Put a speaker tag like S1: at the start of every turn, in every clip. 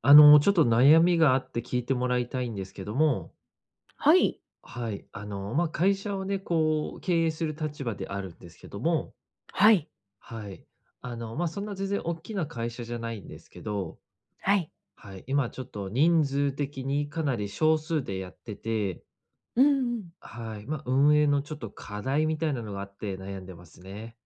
S1: ちょっと悩みがあって聞いてもらいたいんですけども、
S2: はい。
S1: はい。会社をね、こう、経営する立場であるんですけども、
S2: はい。
S1: はい。そんな全然大きな会社じゃないんですけど、
S2: はい。
S1: はい、今ちょっと人数的にかなり少数でやってて、
S2: うんうん。
S1: はい、まあ、運営のちょっと課題みたいなのがあって悩んでますね。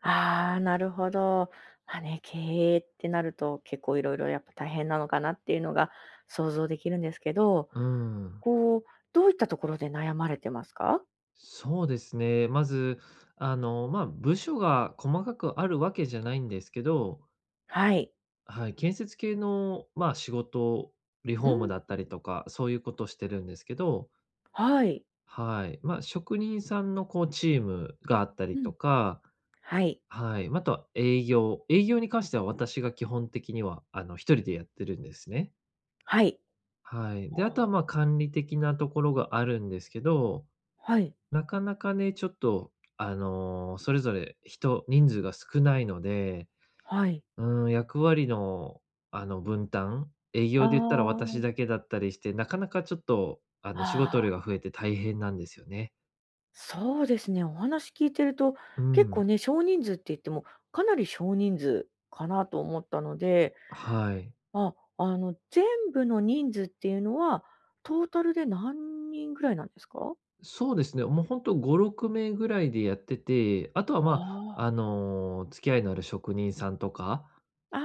S2: ああ、なるほど。まあね、経営ってなると、結構いろいろやっぱ大変なのかなっていうのが想像できるんですけど、
S1: うん。
S2: こう、どういったところで悩まれてますか？
S1: そうですね。まず、部署が細かくあるわけじゃないんですけど、
S2: はい。
S1: はい、建設系の、まあ、仕事、リフ
S2: う
S1: ォーム
S2: ん、
S1: だったりとか、そういうことしてるんですけど、
S2: はい。
S1: はい。まあ、職人さんのこうチームがあったり
S2: うん、
S1: とか、
S2: はい。
S1: はい。ま、あとは営業。営業に関しては私が基本的には、一人でやってるんですね。
S2: はい。
S1: はい。で、あとは、ま、管理的なところがあるんですけど、
S2: おはい、
S1: なかなかね、ちょっと、それぞれ人数が少ないので、
S2: はい。
S1: 役割の、分担、営
S2: あ
S1: 業で言ったら私
S2: あ、
S1: だけだったりして、なかなかちょっと、仕事
S2: あ
S1: 量
S2: あ、
S1: が増えて大変なんですよね。
S2: そうですね、お話聞いてると、
S1: う
S2: 結
S1: ん、
S2: 構ね、少人数って言っても、かなり少人数かなと思ったので、
S1: はい。
S2: 全部の人数っていうのは、トータルで何人ぐらいなんですか？
S1: そうですね、もうほんと5、6名ぐらいでやってて、あとは、
S2: ああ。
S1: 付き合いのある職人さんとか、
S2: あ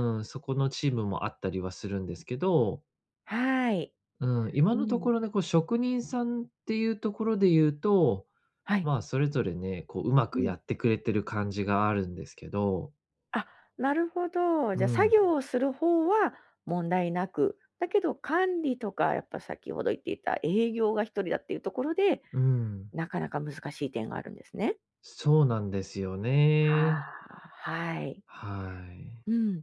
S2: あ、
S1: ん、そこのチームもあったりはするんですけど、
S2: はい。
S1: うん、今
S2: う
S1: のと
S2: ん。
S1: ころね、こう、職人さんっていうところで言うと、
S2: はい。
S1: まあ、それぞれね、こう、うま
S2: う
S1: くや
S2: ん。
S1: ってくれてる感じがあるんですけど、
S2: あ、なるほど。
S1: う
S2: じゃあ、作
S1: ん、
S2: 業をする方は問題なく、だけど管理とか、やっぱ先ほど言っていた営業が一人だっていうところで、
S1: うん。
S2: なかなか難しい点があるんですね。
S1: そうなんですよ
S2: あ
S1: ね。
S2: あ、はい。
S1: はい。
S2: うん。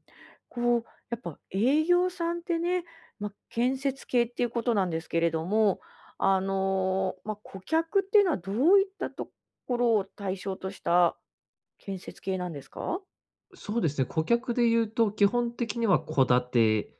S2: こう、やっぱ営業さんってね、まあ、建設系っていうことなんですけれども、まあ、顧客っていうのはどういったところを対象とした建設系なんですか？
S1: そうですね、顧客で言うと、基本的には戸建て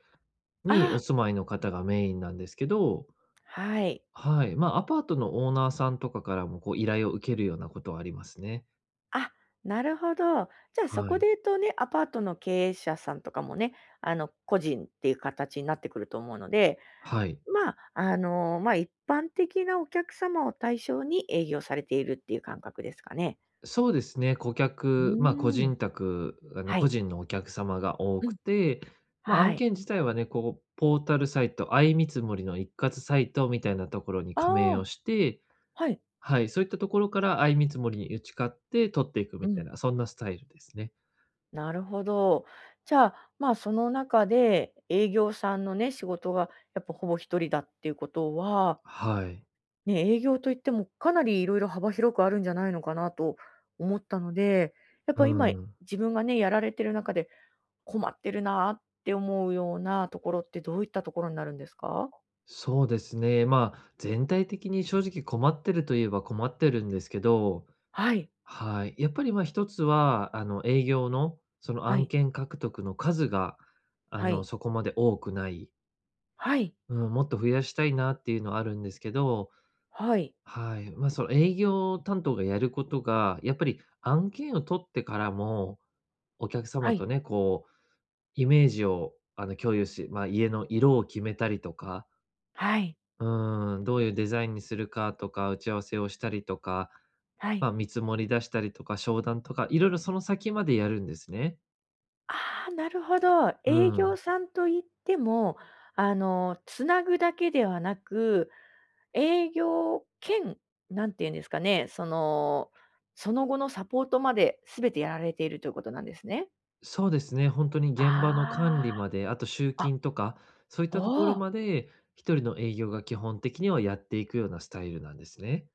S1: に
S2: あ
S1: お住まいの方がメインなんですけど、
S2: はい。
S1: はい、まあ、アパートのオーナーさんとかからもこう依頼を受けるようなことはありますね。
S2: あ、なるほど。じゃあ、そ
S1: は
S2: こ
S1: い。
S2: で言うとね、アパートの経営者さんとかもね、個人っていう形になってくると思うので、
S1: はい。
S2: まあ、一般的なお客様を対象に営業されているっていう感覚ですかね？
S1: そうですね、顧
S2: う
S1: 客、まあ、個
S2: ーん。
S1: 人宅、
S2: は
S1: 個
S2: い。
S1: 人のお客様が多
S2: う
S1: く
S2: ん。
S1: て、まあ、
S2: は
S1: 案
S2: い。
S1: 件自体はね、こうポータルサイト、相見積もりの一括サイトみたいなところに加
S2: あ
S1: 盟を
S2: あ、
S1: して、
S2: はい。
S1: はい、そういったところから相見積もりに打ち勝って取っていく
S2: う
S1: みたい
S2: ん、
S1: な、そんなスタイルですね。
S2: なるほど。じゃあ、まあ、その中で営業さんのね、仕事がやっぱほぼ一人だっていうことは、
S1: はい。
S2: ね、営業といってもかなりいろいろ幅広くあるんじゃないのかなと思ったので、やっ
S1: う
S2: ぱ今
S1: ん。
S2: 自分がね、やられてる中で困ってるなって思うようなところってどういったところになるんですか？
S1: そうですね。まあ、全体的に正直困ってるといえば困ってるんですけど、
S2: はい、
S1: はい。やっぱりまあ一つは、あの営業のその
S2: は
S1: 案
S2: い、
S1: 件獲得の数が、
S2: はい、
S1: そこまで多くない。
S2: はい、
S1: うん、もっと増やしたいなっていうのはあるんですけど、
S2: はい、
S1: はい。まあ、その営業担当がやることが、やっぱり案件を取ってからも、お客
S2: は
S1: 様と
S2: い、
S1: ね、こうイメージを、共有し、まあ、家の色を決めたりとか、
S2: はい、
S1: うん、どういうデザインにするかとか、打ち合わせをしたりとか、
S2: は
S1: ま
S2: い。
S1: あ、見積もり出したりとか、商談とか、いろいろその先までやるんですね。
S2: ああ、なるほど。
S1: う
S2: 営業
S1: ん。
S2: さんといっても、つなぐだけではなく、営業兼、なんて言うんですかね、その後のサポートまで全てやられているということなんですね。
S1: そうですね、本当に現場の管
S2: あ
S1: 理まで、あと集
S2: あ、あ、
S1: 金とか、そういったとこ
S2: お
S1: ろ
S2: お、
S1: まで、一人の営業が基本的にはやっていくようなスタイルなんですね。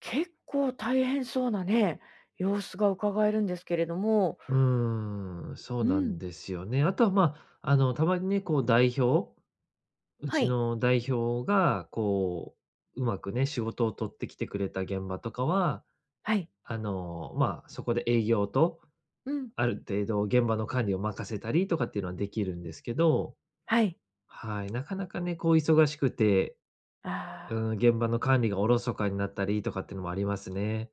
S2: 結構大変そうなね、様子が伺えるんですけれども、
S1: そう
S2: う
S1: な
S2: ん、
S1: んですよね。あとは、たまにね、こう代表う
S2: は
S1: ち
S2: い、
S1: の代表が、こう、うまくね、仕事を取ってきてくれた現場とかは、
S2: はい、
S1: まあ、そこで営業と、
S2: うん、
S1: ある程度現場の管理を任せたりとかっていうのはできるんですけど、
S2: はい、
S1: はい、なかなかね、こう忙しくて、
S2: あ
S1: う
S2: あ。
S1: ん、現場の管理がおろそかになったりとかっていうのもありますね。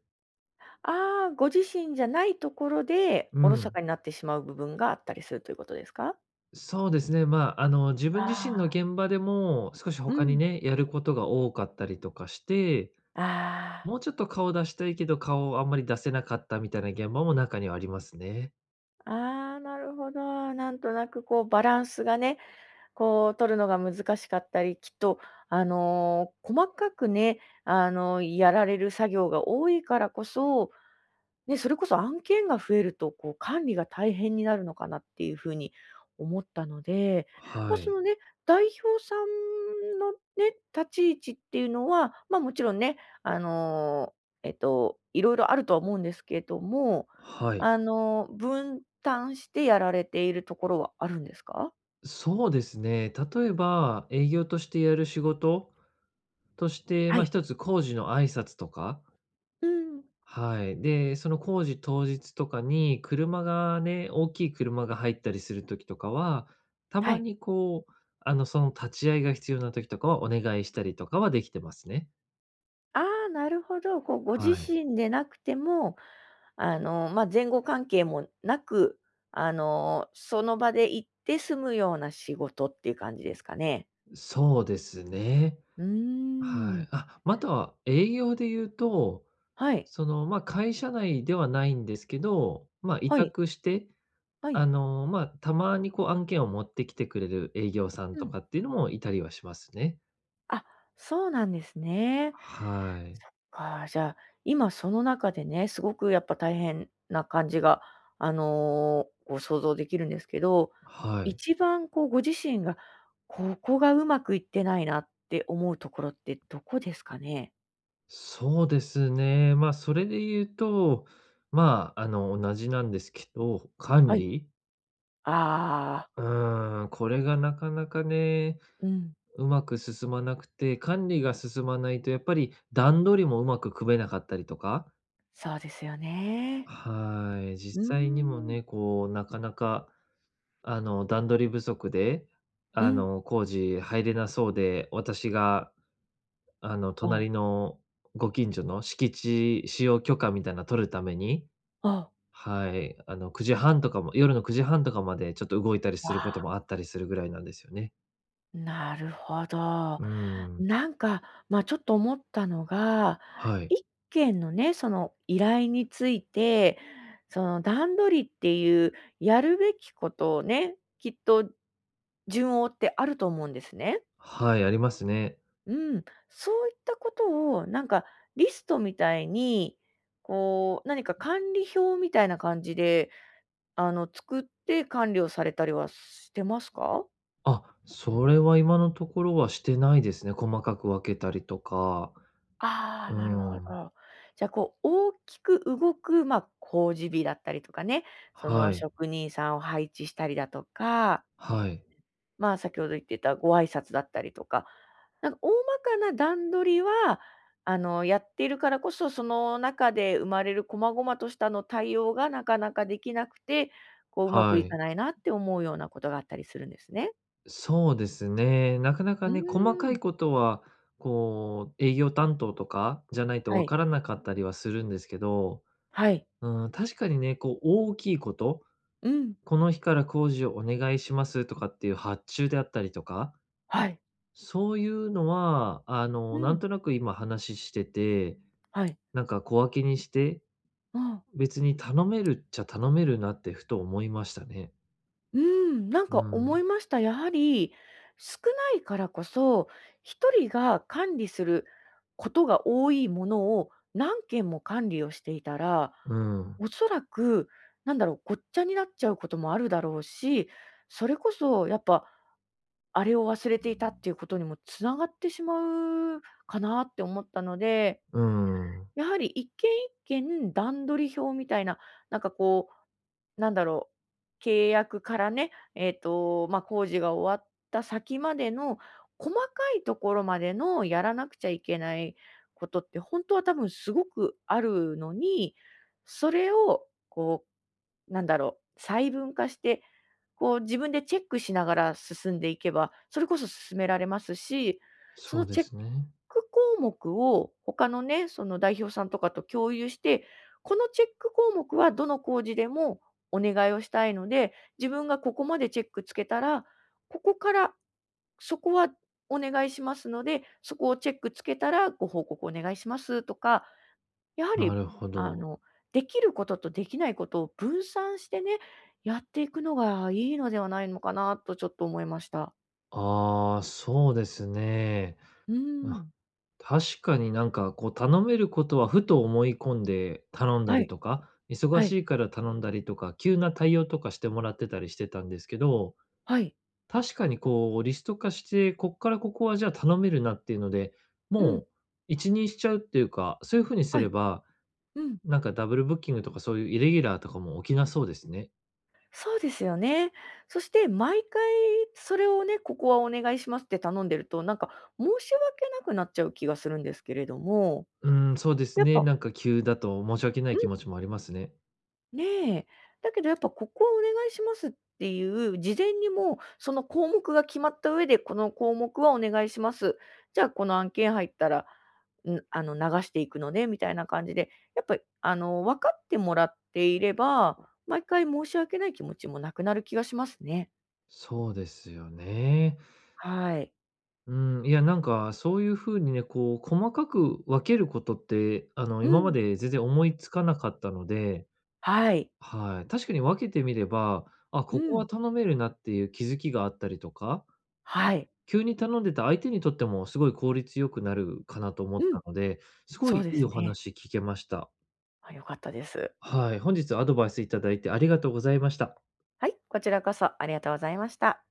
S2: ああ、ご自身じゃないところで、
S1: う
S2: おろそ
S1: ん。
S2: かになってしまう部分があったりするということですか？
S1: そうですね。自分自身の
S2: ああ、
S1: 現場でも、少し
S2: う
S1: 他に
S2: ん。
S1: ね、やることが多かったりとかして、
S2: あ
S1: もうちょっと顔出したいけど、顔をあんまり出せなかったみたいな現場も中にはありますね。
S2: あ、ああ、なるほど。なんとなくこうバランスがね、こう取るのが難しかったり、きっと細かくね、やられる作業が多いからこそ、ね、それこそ案件が増えると、こう管理が大変になるのかなっていうふうに思ったので、ま
S1: は
S2: あ、そ
S1: い。
S2: のね、代表さんのね、立ち位置っていうのは、まあ、もちろんね、あの、いろいろあるとは思うんですけれども、
S1: はい。
S2: 分担してやられているところはあるんですか？
S1: そうですね。例えば、営業としてやる仕事として、
S2: は
S1: ま、
S2: い。
S1: 一つ工事の挨拶とか、
S2: うん、
S1: はい。で、その工事当日とかに車がね、大きい車が入ったりするときとかは、た
S2: は
S1: ま
S2: い。
S1: にこう、その立ち会いが必要なときとかはお願いしたりとかはできてますね。
S2: ああ、なるほど。こう、ご自
S1: はい。
S2: 身でなくても、まあ、前後関係もなく、その場で行って済むような仕事っていう感じですかね？
S1: そうですね。
S2: うー
S1: は
S2: ん。
S1: い。あ、または営業で言うと、
S2: はい。
S1: その、まあ、会社内ではないんですけど、まあ、委
S2: はい。
S1: 託して、
S2: はい。
S1: まあ、たまにこう案件を持ってきてくれる営業さん
S2: う
S1: と
S2: ん。
S1: かっていうのもいたりはしますね。
S2: あ、そうなんですね。
S1: はい。
S2: か、じゃあ、今その中でね、すごくやっぱ大変な感じが、こう想像できるんですけど、
S1: はい。
S2: 一番こうご自身が、ここがうまくいってないなって思うところってどこですかね？
S1: そうですね。まあ、それで言うと、同じなんですけど、管
S2: はい。
S1: 理、
S2: ああ、
S1: うーん、これがなかなかね、
S2: うん、
S1: うまく進まなくて、管理が進まないとやっぱり段取りもうまく組めなかったりとか、
S2: そうですよね。
S1: はい、
S2: うー
S1: 実際にも
S2: ん、
S1: ね、こうなかなかあの段取り不足で、
S2: う
S1: あ
S2: ん。
S1: の工事入れなそうで、私があの
S2: お
S1: 隣のご近所の敷地使用許可みたいなの取るために、
S2: お
S1: はい、あの9時半とかも夜の9時半とかまでちょっと動いたり
S2: わ、
S1: すること
S2: あ
S1: もあったりするぐらいなんですよね。
S2: あ、なるほど。
S1: うん。
S2: なんか、まあ、ちょっと思ったのが、
S1: はい。
S2: 一件のね、その依頼について、その段取りっていうやるべきことをね、きっと順を追ってあると思うんですね。
S1: はい、ありますね。
S2: うん。そういったことをなんかリストみたいに、こう、何か管理表みたいな感じで、作って管理をされたりはしてますか？
S1: あ、それは今のところはしてないですね。細かく分けたりとか。
S2: ああ、
S1: う
S2: なるほ
S1: ん。
S2: ど。じゃあ、こう、大きく動く、まあ、工事日だったりとかね、その
S1: はい。
S2: 職人さんを配置したりだとか、
S1: はい。
S2: まあ、先ほど言ってたご挨拶だったりとか、なんか大まかな段取りは、やっているからこそ、その中で生まれる細々としたの対応がなかなかできなくて、こう、うまく
S1: は
S2: いか
S1: い。
S2: ないなって思うようなことがあったりするんですね。
S1: そうですね。なかなか
S2: うー
S1: ね、細か
S2: ん。
S1: いことは、こう、営業担当とかじゃないと
S2: は
S1: 分
S2: い。
S1: からなかったりはするんですけど、
S2: はい。
S1: うん、確かにね、こう、大きいこと、
S2: うん。
S1: この日から工事をお願いしますとかっていう発注であったりとか、
S2: はい。
S1: そういうのは、
S2: う
S1: なん
S2: ん。
S1: となく今話してて、
S2: はい。
S1: なんか小分けにして
S2: うん。
S1: 別に頼めるっちゃ頼めるなってふと思いましたね。
S2: うーん、なん
S1: う
S2: か思い
S1: ん、
S2: ました。やはり、少ないからこそ、一人が管理することが多いものを何件も管理をしていたら、
S1: うん、
S2: おそらく、なんだろう、ごっちゃになっちゃうこともあるだろうし、それこそやっぱ、あれを忘れていたっていうことにもつながってしまうかなって思ったので、
S1: うん。
S2: やはり一軒一軒段取り表みたいな、なんかこうなんだろう、契約からね、工事が終わった先までの、細かいところまでのやらなくちゃいけないことって、本当は多分すごくあるのに、それをこう、なんだろう、細分化してこう自分でチェックしながら進んでいけば、それこそ進められますし、そ
S1: そ
S2: の
S1: うで
S2: チェッ
S1: すね。
S2: ク項目を他のね、その代表さんとかと共有して、このチェック項目はどの工事でもお願いをしたいので、自分がここまでチェックつけたら、ここからそこはお願いしますので、そこをチェックつけたらご報告お願いしますとか、やは
S1: な
S2: り、
S1: るほ
S2: あ
S1: ど。
S2: の、できることとできないことを分散してね、やっていくのがいいのではないのかなとちょっと思いました。
S1: ああ、そうですね。
S2: うー
S1: あ、
S2: ん。
S1: 確かになんかこう頼めることはふと思い込んで頼んだ
S2: は
S1: り
S2: い、
S1: とか、忙
S2: はい、
S1: しいから頼んだりとか、急な対応とかしてもらってたりしてたんですけど、
S2: はい。
S1: 確かにこうリスト化して、こっからここはじゃあ頼めるなっていうので、
S2: う
S1: も
S2: ん、
S1: う一任しちゃうっていうか、そういう風にす
S2: は
S1: れ
S2: い、
S1: ば、
S2: うん。
S1: なんかダブルブッキングとかそういうイレギュラーとかも起きなそうですね。
S2: そうですよね。そして毎回それをね、ここはお願いしますって頼んでると、なんか申し訳なくなっちゃう気がするんですけれども、
S1: うーん、そうです
S2: やっ
S1: ね。
S2: ぱ
S1: なんか急だと申し訳な
S2: う
S1: い
S2: ん。
S1: 気持ちもありますね。
S2: ねえ。だけどやっぱここはお願いしますっていう、事前にもうその項目が決まった上で、この項目はお願いします。じゃあこの案件入ったら、ん、あの流していくのねみたいな感じで、やっぱりあの分かってもらっていれば、毎回申し訳ない気持ちもなくなる気がしますね。
S1: そうですよね。
S2: はい。
S1: うん、いや、なんかそういう風にね、こう細かく分けることって、
S2: う
S1: 今ま
S2: ん。
S1: で全然思いつかなかったので、
S2: はい。
S1: はい。確かに分けてみれば、あ、
S2: う
S1: ここは
S2: ん。
S1: 頼めるなっていう気づきがあったりとか、
S2: はい。
S1: 急に頼んでた相手にとってもすごい効率よくなるかなと思っ
S2: うん。
S1: たので、すご
S2: そう
S1: い
S2: で
S1: いい
S2: す
S1: お
S2: ね。
S1: 話聞けました。
S2: あ、良かったです。
S1: はい、本日アドバイスいただいてありがとうございました。
S2: はい、こちらこそありがとうございました。